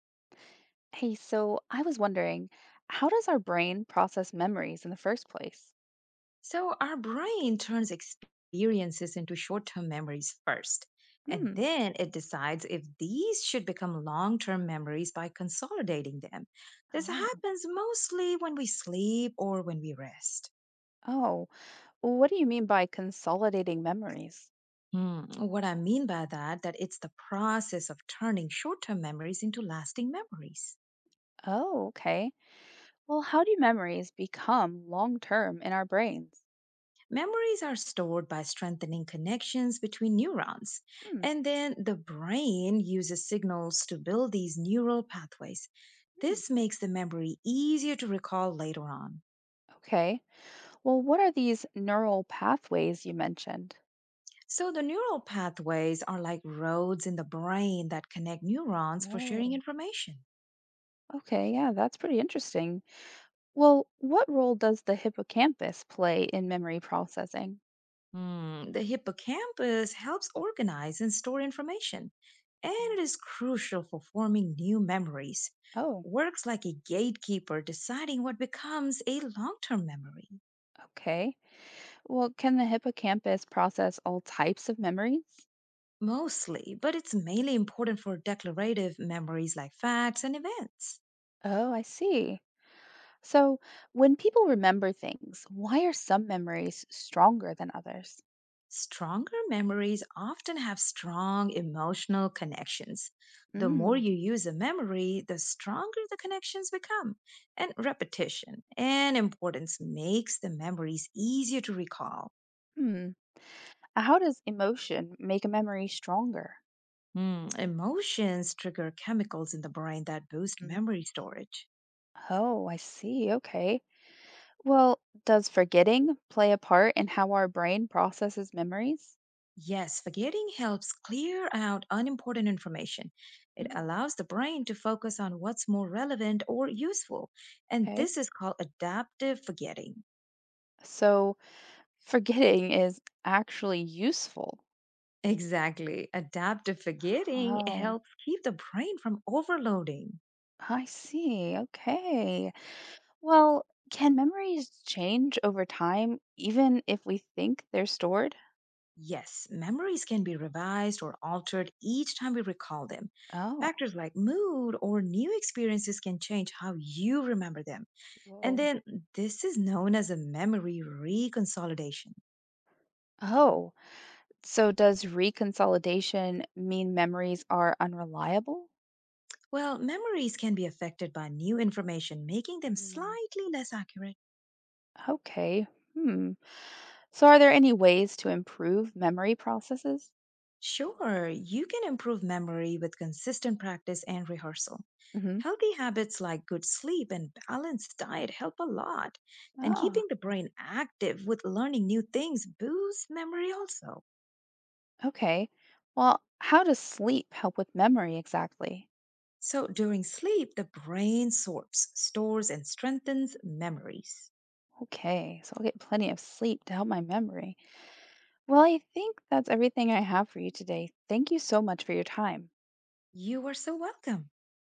Hey, so I was wondering, how does our brain process memories in the first place? So, our brain turns experiences into short term memories first, and Hmm. then it decides if these should become long term memories by consolidating them. This Oh, happens mostly when we sleep or when we rest. Oh, what do you mean by consolidating memories? What I mean by that, that it's the process of turning short-term memories into lasting memories. Oh, okay. Well, how do memories become long-term in our brains? Memories are stored by strengthening connections between neurons, Hmm. and then the brain uses signals to build these neural pathways. Hmm. This makes the memory easier to recall later on. Okay. Well, what are these neural pathways you mentioned? So, the neural pathways are like roads in the brain that connect neurons for sharing Oh. information. Okay, yeah, that's pretty interesting. Well, what role does the hippocampus play in memory processing? The hippocampus helps organize and store information, and Mm. it is crucial for forming new memories. Oh, Works like a gatekeeper, deciding what becomes a long term memory. okay. Well, can the hippocampus process all types of memories? Mostly, but it's mainly important for declarative memories like facts and events. Oh, I see. So, when people remember things, why are some memories stronger than others? Stronger memories often have strong emotional connections. The more Mm, you use a memory, the stronger the connections become. And repetition and importance makes the memories easier to recall. hmm. How does emotion make a memory stronger? Emotions trigger chemicals in the brain that boost Mhm. memory storage. Oh, I see. Okay. Well, does forgetting play a part in how our brain processes memories? Yes, forgetting helps clear out unimportant information. It Mm, allows the brain to focus on what's more relevant or useful. And okay. this is called adaptive forgetting. So, forgetting is actually useful. Exactly. Adaptive forgetting Oh, helps keep the brain from overloading. I see. Okay. Well, can memories change over time even if we think they're stored? Yes, memories can be revised or altered each time we recall them. Oh, Factors like mood or new experiences can change how you remember them. And whoa. then this is known as a memory reconsolidation. Oh, so does reconsolidation mean memories are unreliable? Well, memories can be affected by new information, making them Mm, slightly less accurate. okay. Hmm. So are there any ways to improve memory processes? Sure, you can improve memory with consistent practice and rehearsal. Mm-hmm. Healthy habits like good sleep and balanced diet help a lot, and Ah, keeping the brain active with learning new things boosts memory also. okay. Well, how does sleep help with memory exactly? So, during sleep, the brain sorts, stores, and strengthens memories. Okay, so I'll get plenty of sleep to help my memory. Well, I think that's everything I have for you today. Thank you so much for your time. You are so welcome.